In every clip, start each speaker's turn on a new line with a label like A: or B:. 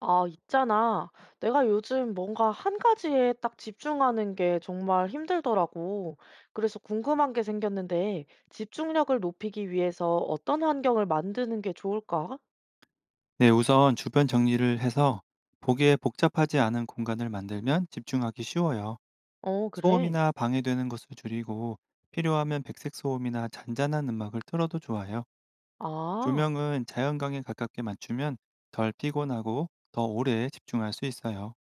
A: 아, 있잖아. 내가 요즘 뭔가 한 가지에 딱 집중하는 게 정말 힘들더라고. 그래서 궁금한 게 생겼는데, 집중력을 높이기 위해서 어떤 환경을 만드는 게 좋을까?
B: 네, 우선 주변 정리를 해서 보기에 복잡하지 않은 공간을 만들면 집중하기 쉬워요.
A: 어, 그래.
B: 소음이나 방해되는 것을 줄이고 필요하면 백색 소음이나 잔잔한 음악을 틀어도 좋아요.
A: 아,
B: 조명은 자연광에 가깝게 맞추면 덜 피곤하고 더 오래 집중할 수 있어요.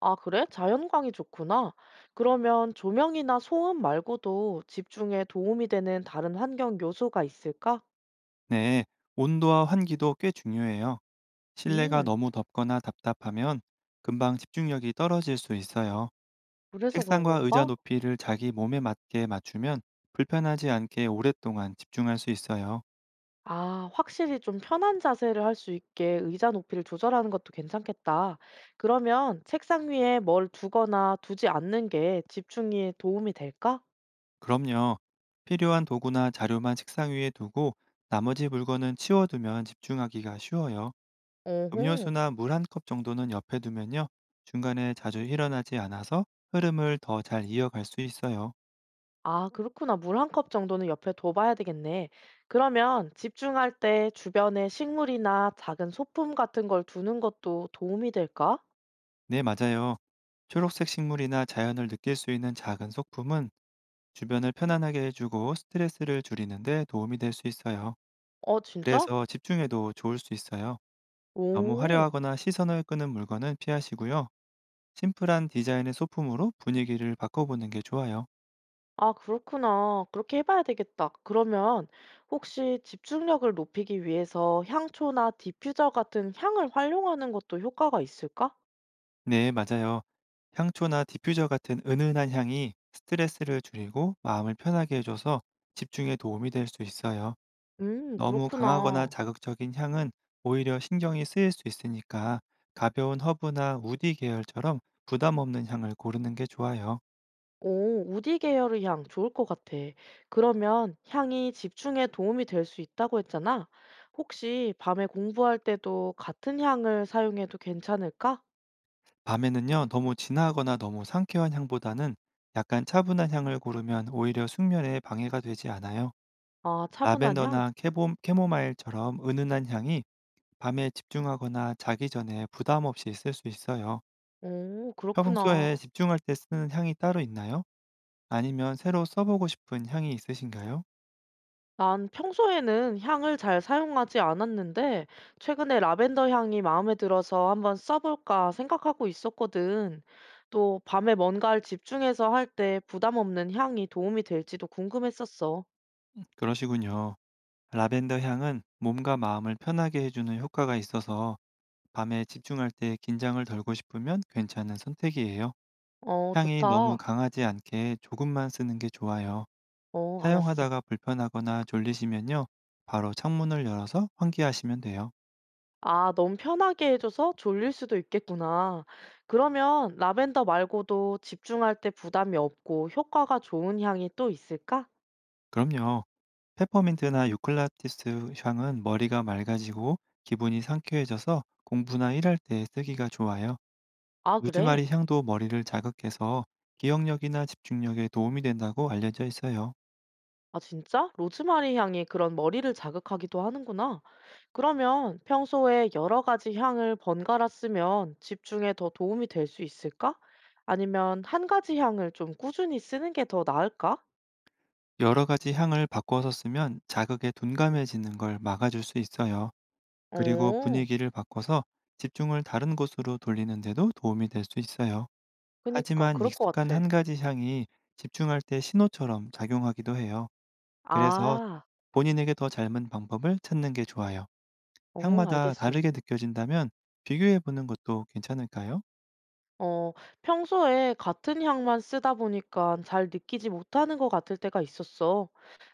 A: 아, 그래? 자연광이 좋구나. 그러면 조명이나 소음 말고도 집중에 도움이 되는 다른 환경 요소가 있을까?
B: 네, 온도와 환기도 꽤 중요해요. 실내가
A: 음,
B: 너무 덥거나 답답하면 금방 집중력이 떨어질 수 있어요.
A: 그래서 그런
B: 책상과 의자
A: 건가?
B: 높이를 자기 몸에 맞게 맞추면 불편하지 않게 오랫동안 집중할 수 있어요.
A: 아, 확실히 좀 편한 자세를 할 수 있게 의자 높이를 조절하는 것도 괜찮겠다. 그러면 책상 위에 뭘 두거나 두지 않는 게 집중에 도움이 될까?
B: 그럼요. 필요한 도구나 자료만 책상 위에 두고 나머지 물건은 치워두면 집중하기가 쉬워요.
A: 어허.
B: 음료수나 물 한 컵 정도는 옆에 두면요. 중간에 자주 일어나지 않아서 흐름을 더 잘 이어갈 수 있어요.
A: 아, 그렇구나. 물 한 컵 정도는 옆에 둬봐야 되겠네. 그러면 집중할 때 주변에 식물이나 작은 소품 같은 걸 두는 것도 도움이 될까?
B: 네, 맞아요. 초록색 식물이나 자연을 느낄 수 있는 작은 소품은 주변을 편안하게 해주고 스트레스를 줄이는데 도움이 될 수 있어요.
A: 어, 진짜?
B: 그래서 집중에도 좋을 수 있어요. 너무
A: 오.
B: 화려하거나 시선을 끄는 물건은 피하시고요. 심플한 디자인의 소품으로 분위기를 바꿔보는 게 좋아요.
A: 아, 그렇구나. 그렇게 해봐야 되겠다. 그러면 혹시 집중력을 높이기 위해서 향초나 디퓨저 같은 향을 활용하는 것도 효과가 있을까?
B: 네, 맞아요. 향초나 디퓨저 같은 은은한 향이 스트레스를 줄이고 마음을 편하게 해줘서 집중에 도움이 될 수 있어요. 너무 강하거나
A: 그렇구나.
B: 자극적인 향은 오히려 신경이 쓰일 수 있으니까 가벼운 허브나 우디 계열처럼 부담 없는 향을 고르는 게 좋아요.
A: 오, 우디 계열의 향 좋을 것 같아. 그러면 향이 집중에 도움이 될 수 있다고 했잖아. 혹시 밤에 공부할 때도 같은 향을 사용해도 괜찮을까?
B: 밤에는요, 너무 진하거나 너무 상쾌한 향보다는 약간 차분한 향을 고르면 오히려 숙면에 방해가 되지 않아요.
A: 아, 차분한 향?
B: 라벤더나 캐모마일처럼 은은한 향이 밤에 집중하거나 자기 전에 부담 없이 쓸 수 있어요.
A: 오, 그렇구나.
B: 평소에 집중할 때 쓰는 향이 따로 있나요? 아니면 새로 써보고 싶은 향이 있으신가요?
A: 난 평소에는 향을 잘 사용하지 않았는데, 최근에 라벤더 향이 마음에 들어서 한번 써볼까 생각하고 있었거든. 또 밤에 뭔가를 집중해서 할 때 부담 없는 향이 도움이 될지도 궁금했었어.
B: 그러시군요. 라벤더 향은 몸과 마음을 편하게 해주는 효과가 있어서 밤에 집중할 때 긴장을 덜고 싶으면 괜찮은 선택이에요.
A: 어,
B: 향이 너무
A: 좋다.
B: 강하지 않게 조금만 쓰는 게 좋아요.
A: 어, 알았어.
B: 사용하다가 불편하거나 졸리시면요. 바로 창문을 열어서 환기하시면 돼요.
A: 아, 너무 편하게 해줘서 졸릴 수도 있겠구나. 그러면 라벤더 말고도 집중할 때 부담이 없고 효과가 좋은 향이 또 있을까?
B: 그럼요. 페퍼민트나 유클라티스 향은 머리가 맑아지고 기분이 상쾌해져서 공부나 일할 때 쓰기가 좋아요.
A: 아, 그래.
B: 로즈마리 향도 머리를 자극해서 기억력이나 집중력에 도움이 된다고 알려져 있어요.
A: 아, 진짜? 로즈마리 향이 그런 머리를 자극하기도 하는구나. 그러면 평소에 여러 가지 향을 번갈아 쓰면 집중에 더 도움이 될 수 있을까? 아니면 한 가지 향을 좀 꾸준히 쓰는 게 더 나을까?
B: 여러 가지 향을 바꿔서 쓰면 자극에 둔감해지는 걸 막아줄 수 있어요. 그리고
A: 어,
B: 분위기를 바꿔서 집중을 다른 곳으로 돌리는 데도 도움이 될 수 있어요.
A: 그니까,
B: 하지만
A: 그럴 것
B: 익숙한
A: 같아.
B: 한 가지 향이 집중할 때 신호처럼 작용하기도 해요. 그래서
A: 아,
B: 본인에게 더 닮은 방법을 찾는 게 좋아요.
A: 어,
B: 향마다
A: 알겠어.
B: 다르게 느껴진다면 비교해 보는 것도 괜찮을까요?
A: 어, 평소에 같은 향만 쓰다 보니까 잘 느끼지 못하는 것 같을 때가 있었어.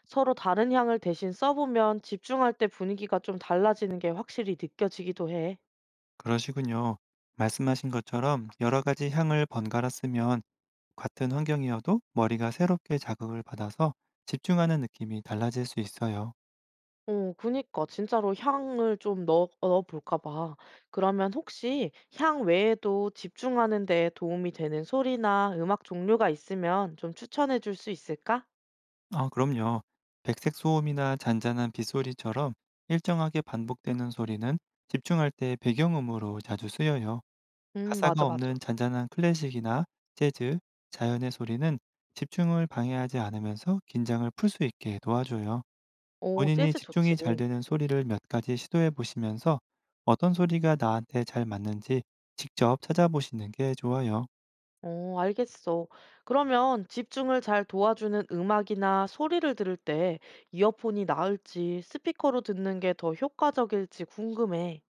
A: 서로 다른 향을 대신 써보면 집중할 때 분위기가 좀 달라지는 게 확실히 느껴지기도 해.
B: 그러시군요. 말씀하신 것처럼 여러 가지 향을 번갈아 쓰면 같은 환경이어도 머리가 새롭게 자극을 받아서 집중하는 느낌이 달라질 수 있어요.
A: 어, 그니까 진짜로 향을 좀 넣어볼까 봐. 그러면 혹시 향 외에도 집중하는 데 도움이 되는 소리나 음악 종류가 있으면 좀 추천해 줄 수 있을까?
B: 아, 그럼요. 백색 소음이나 잔잔한 빗소리처럼 일정하게 반복되는 소리는 집중할 때 배경음으로 자주 쓰여요.
A: 맞아,
B: 가사가
A: 맞아.
B: 없는 잔잔한 클래식이나 재즈, 자연의 소리는 집중을 방해하지 않으면서 긴장을 풀 수 있게 도와줘요.
A: 오,
B: 본인이
A: 재즈 좋지.
B: 집중이 잘 되는 소리를 몇 가지 시도해 보시면서 어떤 소리가 나한테 잘 맞는지 직접 찾아보시는 게 좋아요.
A: 어, 알겠어. 그러면 집중을 잘 도와주는 음악이나 소리를 들을 때 이어폰이 나을지 스피커로 듣는 게 더 효과적일지 궁금해.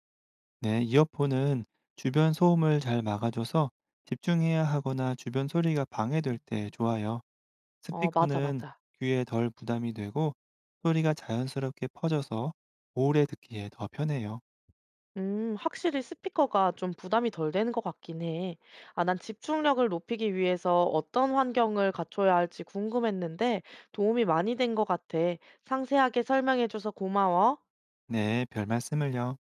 B: 네, 이어폰은 주변 소음을 잘 막아줘서 집중해야 하거나 주변 소리가 방해될 때 좋아요.
A: 어, 맞아,
B: 스피커는
A: 맞아.
B: 귀에 덜 부담이 되고 소리가 자연스럽게 퍼져서 오래 듣기에 더 편해요.
A: 확실히 스피커가 좀 부담이 덜 되는 것 같긴 해. 아, 난 집중력을 높이기 위해서 어떤 환경을 갖춰야 할지 궁금했는데 도움이 많이 된 것 같아. 상세하게 설명해줘서 고마워.
B: 네, 별 말씀을요.